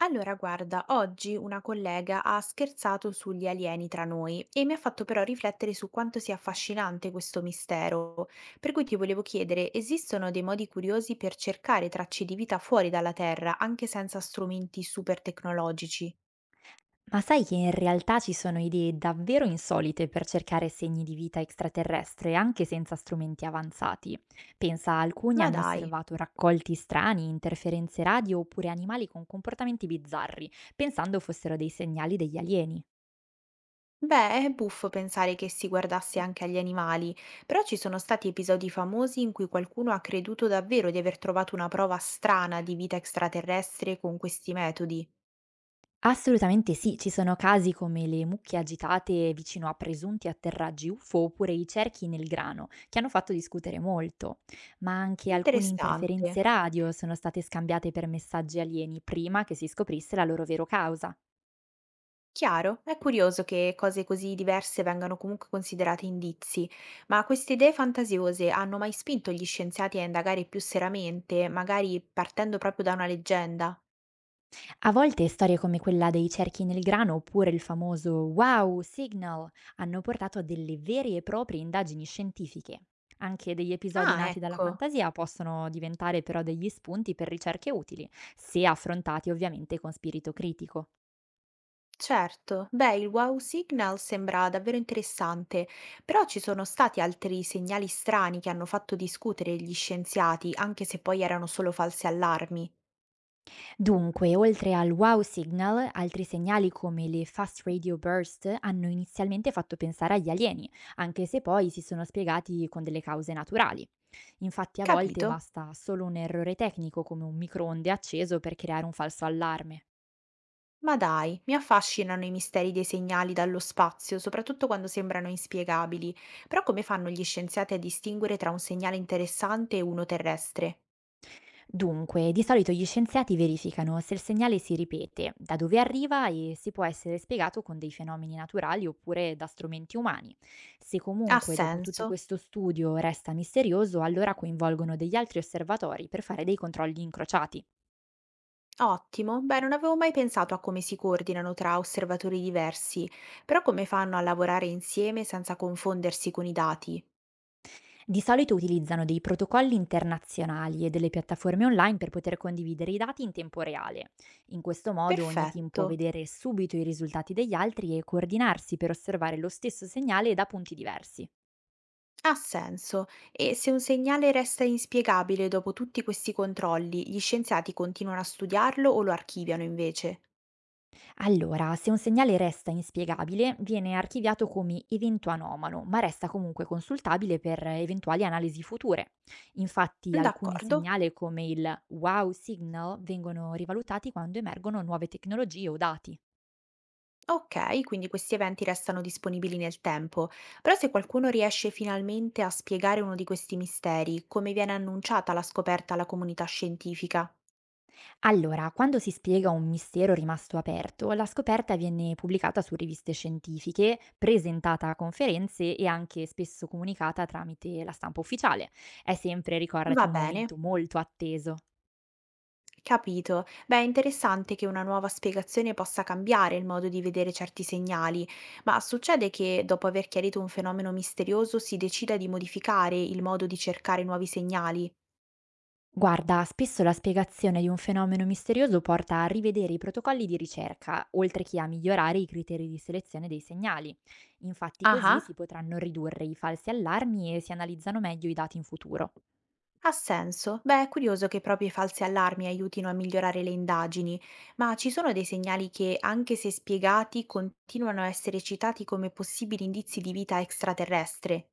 Allora, guarda, oggi una collega ha scherzato sugli alieni tra noi e mi ha fatto però riflettere su quanto sia affascinante questo mistero. Per cui ti volevo chiedere, esistono dei modi curiosi per cercare tracce di vita fuori dalla Terra, anche senza strumenti super tecnologici? Ma sai che in realtà ci sono idee davvero insolite per cercare segni di vita extraterrestre anche senza strumenti avanzati? Pensa, alcuni Ma hanno dai. osservato raccolti strani, interferenze radio oppure animali con comportamenti bizzarri, pensando fossero dei segnali degli alieni. Beh, è buffo pensare che si guardasse anche agli animali, però ci sono stati episodi famosi in cui qualcuno ha creduto davvero di aver trovato una prova strana di vita extraterrestre con questi metodi. Assolutamente sì, ci sono casi come le mucche agitate vicino a presunti atterraggi UFO oppure i cerchi nel grano, che hanno fatto discutere molto, ma anche alcune Interessante. interferenze radio sono state scambiate per messaggi alieni prima che si scoprisse la loro vera causa. Chiaro, è curioso che cose così diverse vengano comunque considerate indizi, ma queste idee fantasiose hanno mai spinto gli scienziati a indagare più seriamente, magari partendo proprio da una leggenda? A volte storie come quella dei cerchi nel grano oppure il famoso wow signal hanno portato a delle vere e proprie indagini scientifiche. Anche degli episodi Ah, nati dalla ecco, fantasia possono diventare però degli spunti per ricerche utili, se affrontati ovviamente con spirito critico. certo. Beh, il wow signal sembra davvero interessante, però ci sono stati altri segnali strani che hanno fatto discutere gli scienziati, anche se poi erano solo false allarmi. Dunque, oltre al wow signal, altri segnali come le fast radio burst hanno inizialmente fatto pensare agli alieni, anche se poi si sono spiegati con delle cause naturali. Infatti a volte Capito? basta solo un errore tecnico come un microonde acceso per creare un falso allarme. Ma dai, mi affascinano i misteri dei segnali dallo spazio, soprattutto quando sembrano inspiegabili. Però come fanno gli scienziati a distinguere tra un segnale interessante e uno terrestre? Dunque, di solito gli scienziati verificano se il segnale si ripete, da dove arriva e se può essere spiegato con dei fenomeni naturali oppure da strumenti umani. Se Ha comunque dopo tutto senso? questo studio resta misterioso, allora coinvolgono degli altri osservatori per fare dei controlli incrociati. Ottimo. Beh, non avevo mai pensato a come si coordinano tra osservatori diversi, però come fanno a lavorare insieme senza confondersi con i dati? Di solito utilizzano dei protocolli internazionali e delle piattaforme online per poter condividere i dati in tempo reale. In questo modo ogni team Perfetto. può vedere subito i risultati degli altri e coordinarsi per osservare lo stesso segnale da punti diversi. Ha senso. E se un segnale resta inspiegabile dopo tutti questi controlli, gli scienziati continuano a studiarlo o lo archiviano invece? Allora, se un segnale resta inspiegabile, viene archiviato come evento anomalo, ma resta comunque consultabile per eventuali analisi future. Infatti, alcune D'accordo. segnali come il wow signal vengono rivalutati quando emergono nuove tecnologie o dati. Ok, quindi questi eventi restano disponibili nel tempo, però se qualcuno riesce finalmente a spiegare uno di questi misteri, come viene annunciata la scoperta alla comunità scientifica? Allora, quando si spiega un mistero rimasto aperto, la scoperta viene pubblicata su riviste scientifiche, presentata a conferenze e anche spesso comunicata tramite la stampa ufficiale. È sempre, ricordati, Va un bene, momento molto atteso. capito. Beh, è interessante che una nuova spiegazione possa cambiare il modo di vedere certi segnali, ma succede che dopo aver chiarito un fenomeno misterioso si decida di modificare il modo di cercare nuovi segnali? Guarda, spesso la spiegazione di un fenomeno misterioso porta a rivedere i protocolli di ricerca, oltre che a migliorare i criteri di selezione dei segnali. Infatti così si Ah. potranno ridurre i falsi allarmi e si analizzano meglio i dati in futuro. Ha senso. Beh, è curioso che proprio i falsi allarmi aiutino a migliorare le indagini, ma ci sono dei segnali che, anche se spiegati, continuano a essere citati come possibili indizi di vita extraterrestre.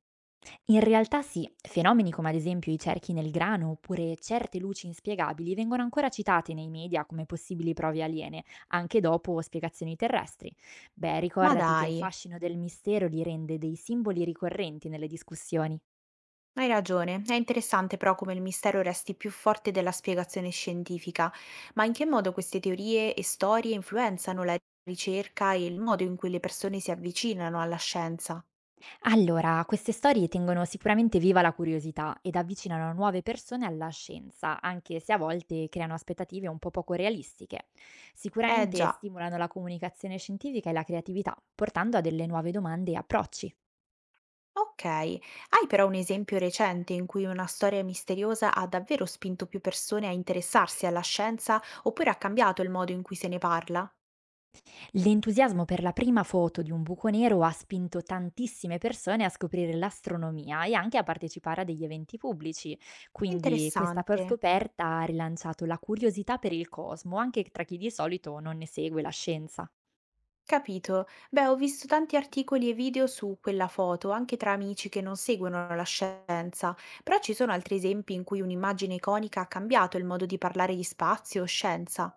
In realtà sì, fenomeni come ad esempio i cerchi nel grano oppure certe luci inspiegabili vengono ancora citate nei media come possibili prove aliene, anche dopo spiegazioni terrestri. Beh, Ma ricordati che il dai, fascino del mistero li rende dei simboli ricorrenti nelle discussioni. hai ragione. È interessante però come il mistero resti più forte della spiegazione scientifica. Ma in che modo queste teorie e storie influenzano la ricerca e il modo in cui le persone si avvicinano alla scienza? Allora, queste storie tengono sicuramente viva la curiosità ed avvicinano nuove persone alla scienza, anche se a volte creano aspettative un po' poco realistiche. Eh Sicuramente già. stimolano la comunicazione scientifica e la creatività, portando a delle nuove domande e approcci. Ok, hai però un esempio recente in cui una storia misteriosa ha davvero spinto più persone a interessarsi alla scienza oppure ha cambiato il modo in cui se ne parla? L'entusiasmo per la prima foto di un buco nero ha spinto tantissime persone a scoprire l'astronomia e anche a partecipare a degli eventi pubblici, quindi questa per Interessante. scoperta ha rilanciato la curiosità per il cosmo anche tra chi di solito non ne segue la scienza. Capito. Beh, ho visto tanti articoli e video su quella foto, anche tra amici che non seguono la scienza, però ci sono altri esempi in cui un'immagine iconica ha cambiato il modo di parlare di spazio o scienza.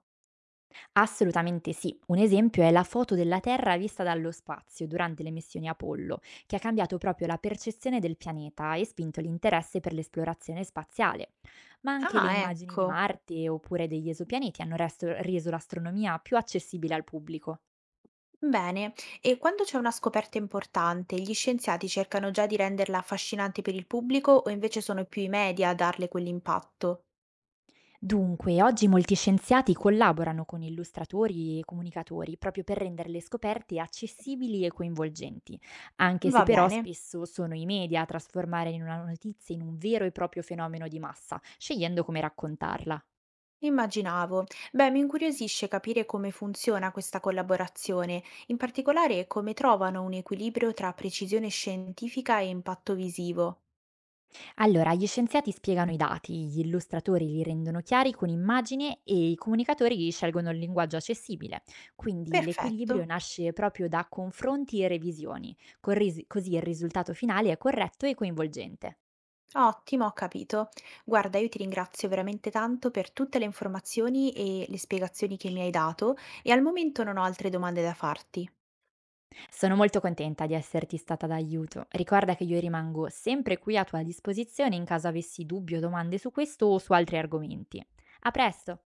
Assolutamente sì. Un esempio è la foto della Terra vista dallo spazio durante le missioni Apollo, che ha cambiato proprio la percezione del pianeta e spinto l'interesse per l'esplorazione spaziale. Ma anche le Ah, immagini di ecco. Marte oppure degli esopianeti hanno reso l'astronomia più accessibile al pubblico. Bene, e quando c'è una scoperta importante, gli scienziati cercano già di renderla affascinante per il pubblico o invece sono più i media a darle quell'impatto? Dunque, oggi molti scienziati collaborano con illustratori e comunicatori proprio per rendere le scoperte accessibili e coinvolgenti, anche se Va però bene, spesso sono i media a trasformare in una notizia in un vero e proprio fenomeno di massa, scegliendo come raccontarla. immaginavo. Beh, mi incuriosisce capire come funziona questa collaborazione, in particolare come trovano un equilibrio tra precisione scientifica e impatto visivo. Allora, gli scienziati spiegano i dati, gli illustratori li rendono chiari con immagini e i comunicatori scelgono il linguaggio accessibile. Quindi Perfetto. l'equilibrio nasce proprio da confronti e revisioni, così il risultato finale è corretto e coinvolgente. Ottimo, ho capito. Guarda, io ti ringrazio veramente tanto per tutte le informazioni e le spiegazioni che mi hai dato e al momento non ho altre domande da farti. Sono molto contenta di esserti stata d'aiuto. Ricorda che io rimango sempre qui a tua disposizione in caso avessi dubbi o domande su questo o su altri argomenti. A presto!